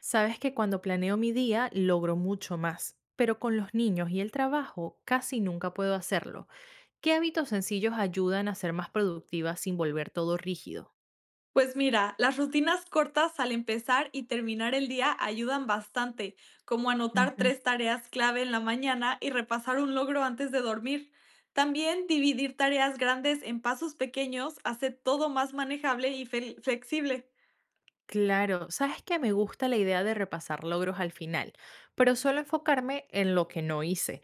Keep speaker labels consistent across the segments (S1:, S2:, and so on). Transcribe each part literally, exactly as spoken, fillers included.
S1: Sabes que cuando planeo mi día logro mucho más, pero con los niños y el trabajo casi nunca puedo hacerlo. ¿Qué hábitos sencillos ayudan a ser más productiva sin volver todo rígido?
S2: Pues mira, las rutinas cortas al empezar y terminar el día ayudan bastante, como anotar
S1: Ujú.
S2: tres tareas clave en la mañana y repasar un logro antes de dormir. También dividir tareas grandes en pasos pequeños hace todo más manejable y fel- flexible.
S1: Claro, sabes que me gusta la idea de repasar logros al final, pero suelo enfocarme en lo que no hice.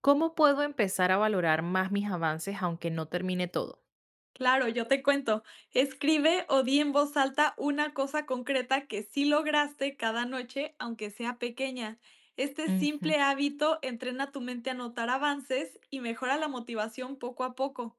S1: ¿Cómo puedo empezar a valorar más mis avances aunque no termine todo?
S2: Claro, yo te cuento, escribe o di en voz alta una cosa concreta que sí lograste cada noche, aunque sea pequeña. Este
S1: Ujú.
S2: simple hábito entrena tu mente a notar avances y mejora la motivación poco a poco.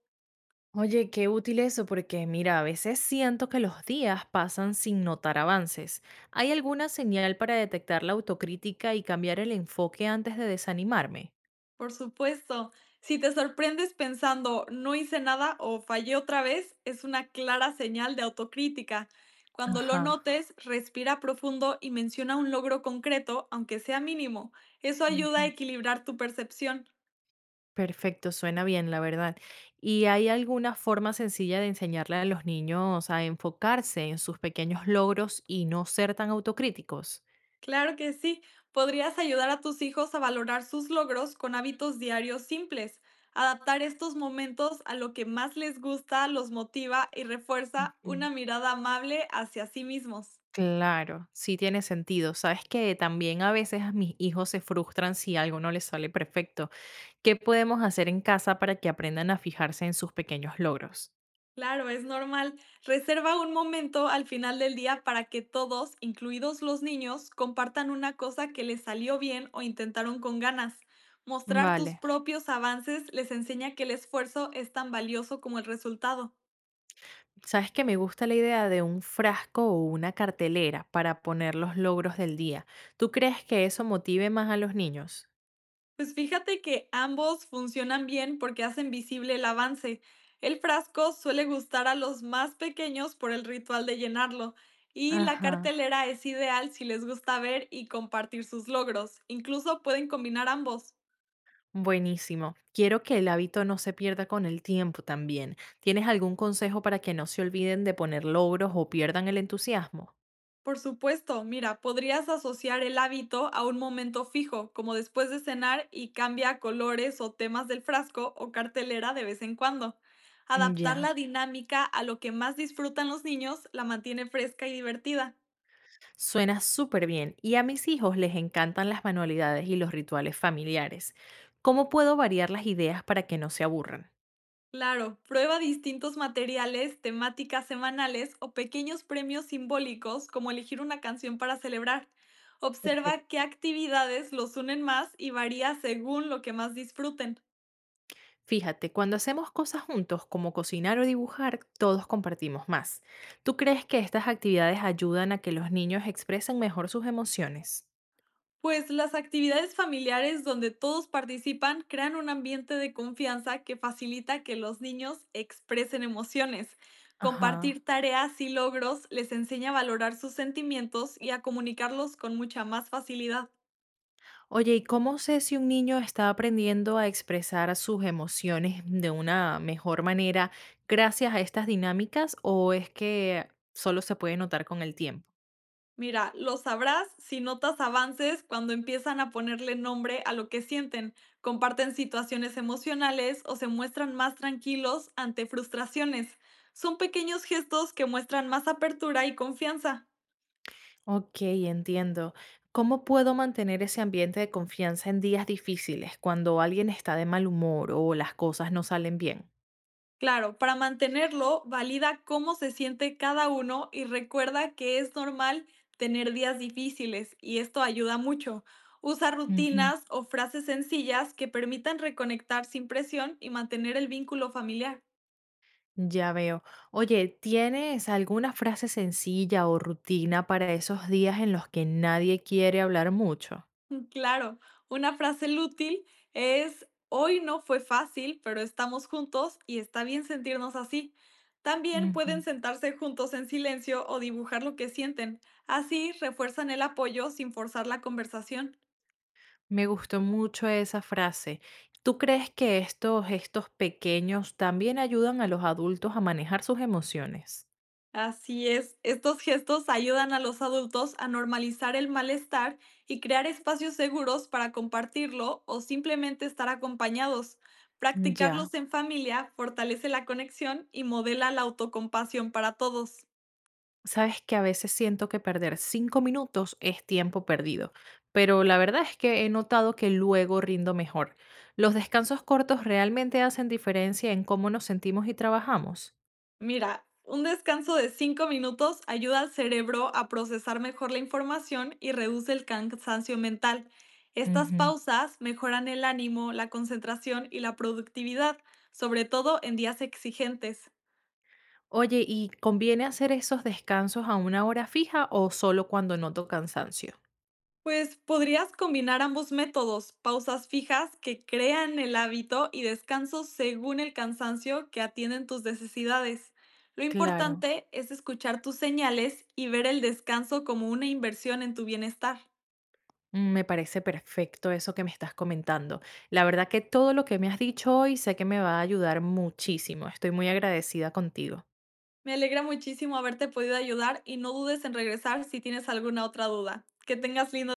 S1: Oye, qué útil eso, porque mira, a veces siento que los días pasan sin notar avances. ¿Hay alguna señal para detectar la autocrítica y cambiar el enfoque antes de desanimarme?
S2: Por supuesto. Si te sorprendes pensando, no hice nada o fallé otra vez, es una clara señal de autocrítica. Cuando lo
S1: Ajá.
S2: notes, respira profundo y menciona un logro concreto, aunque sea mínimo. Eso ayuda a
S1: Ujú.
S2: equilibrar tu percepción.
S1: Perfecto, suena bien, la verdad. ¿Y hay alguna forma sencilla de enseñarle a los niños a enfocarse en sus pequeños logros y no ser tan autocríticos?
S2: Claro que sí. Podrías ayudar a tus hijos a valorar sus logros con hábitos diarios simples. Adaptar estos momentos a lo que más les gusta, los motiva y refuerza
S1: Ujú.
S2: una mirada amable hacia sí mismos.
S1: Claro, sí tiene sentido. Sabes que también a veces mis hijos se frustran si algo no les sale perfecto. ¿Qué podemos hacer en casa para que aprendan a fijarse en sus pequeños logros?
S2: Claro, es normal. Reserva un momento al final del día para que todos, incluidos los niños, compartan una cosa que les salió bien o intentaron con ganas. Mostrar tus
S1: Vale.
S2: propios avances les enseña que el esfuerzo es tan valioso como el resultado.
S1: Sabes que me gusta la idea de un frasco o una cartelera para poner los logros del día. ¿Tú crees que eso motive más a los niños?
S2: Pues fíjate que ambos funcionan bien porque hacen visible el avance. El frasco suele gustar a los más pequeños por el ritual de llenarlo y la
S1: Ajá.
S2: cartelera es ideal si les gusta ver y compartir sus logros. Incluso pueden combinar ambos.
S1: Buenísimo. Quiero que el hábito no se pierda con el tiempo también. ¿Tienes algún consejo para que no se olviden de poner logros o pierdan el entusiasmo?
S2: Por supuesto, mira, podrías asociar el hábito a un momento fijo, como después de cenar y cambia colores o temas del frasco o cartelera de vez en cuando. Adaptar
S1: Ya.
S2: la dinámica a lo que más disfrutan los niños la mantiene fresca y divertida.
S1: Suena súper bien y a mis hijos les encantan las manualidades y los rituales familiares. ¿Cómo puedo variar las ideas para que no se aburran?
S2: Claro, prueba distintos materiales, temáticas semanales o pequeños premios simbólicos como elegir una canción para celebrar. Observa qué
S1: Perfecto.
S2: actividades los unen más y varía según lo que más disfruten.
S1: Fíjate, cuando hacemos cosas juntos como cocinar o dibujar, todos compartimos más. ¿Tú crees que estas actividades ayudan a que los niños expresen mejor sus emociones?
S2: Pues las actividades familiares donde todos participan crean un ambiente de confianza que facilita que los niños expresen emociones.
S1: Ajá.
S2: Compartir tareas y logros les enseña a valorar sus sentimientos y a comunicarlos con mucha más facilidad.
S1: Oye, ¿y cómo sé si un niño está aprendiendo a expresar sus emociones de una mejor manera gracias a estas dinámicas o es que solo se puede notar con el tiempo?
S2: Mira, lo sabrás si notas avances cuando empiezan a ponerle nombre a lo que sienten, comparten situaciones emocionales o se muestran más tranquilos ante frustraciones. Son pequeños gestos que muestran más apertura y confianza.
S1: Ok, entiendo. ¿Cómo puedo mantener ese ambiente de confianza en días difíciles cuando alguien está de mal humor o las cosas no salen bien?
S2: Claro, para mantenerlo, valida cómo se siente cada uno y recuerda que es normal tener días difíciles y esto ayuda mucho. Usa
S1: Ujú.
S2: rutinas o frases sencillas que permitan reconectar sin presión y mantener el vínculo familiar.
S1: Ya veo. Oye, ¿tienes alguna frase sencilla o rutina para esos días en los que nadie quiere hablar mucho?
S2: Claro, una frase útil es, hoy no fue fácil, pero estamos juntos y está bien sentirnos así. También
S1: Ujú.
S2: pueden sentarse juntos en silencio o dibujar lo que sienten. Así refuerzan el apoyo sin forzar la conversación.
S1: Me gustó mucho esa frase. ¿Tú crees que estos gestos pequeños también ayudan a los adultos a manejar sus emociones?
S2: Así es, estos gestos ayudan a los adultos a normalizar el malestar y crear espacios seguros para compartirlo o simplemente estar acompañados.
S1: Ya.
S2: Practicarlos en familia fortalece la conexión y modela la autocompasión para todos.
S1: Sabes que a veces siento que perder cinco minutos es tiempo perdido, pero la verdad es que he notado que luego rindo mejor. ¿Los descansos cortos realmente hacen diferencia en cómo nos sentimos y trabajamos?
S2: Mira, un descanso de cinco minutos ayuda al cerebro a procesar mejor la información y reduce el cansancio mental. Estas
S1: Ujú.
S2: pausas mejoran el ánimo, la concentración y la productividad, sobre todo en días exigentes.
S1: Oye, ¿y conviene hacer esos descansos a una hora fija o solo cuando noto cansancio?
S2: Pues podrías combinar ambos métodos, pausas fijas que crean el hábito y descansos según el cansancio que atienden tus necesidades. Lo
S1: Claro.
S2: importante es escuchar tus señales y ver el descanso como una inversión en tu bienestar.
S1: Mm, Me parece perfecto eso que me estás comentando. La verdad que todo lo que me has dicho hoy sé que me va a ayudar muchísimo. Estoy muy agradecida contigo.
S2: Me alegra muchísimo haberte podido ayudar y no dudes en regresar si tienes alguna otra duda. Que tengas lindo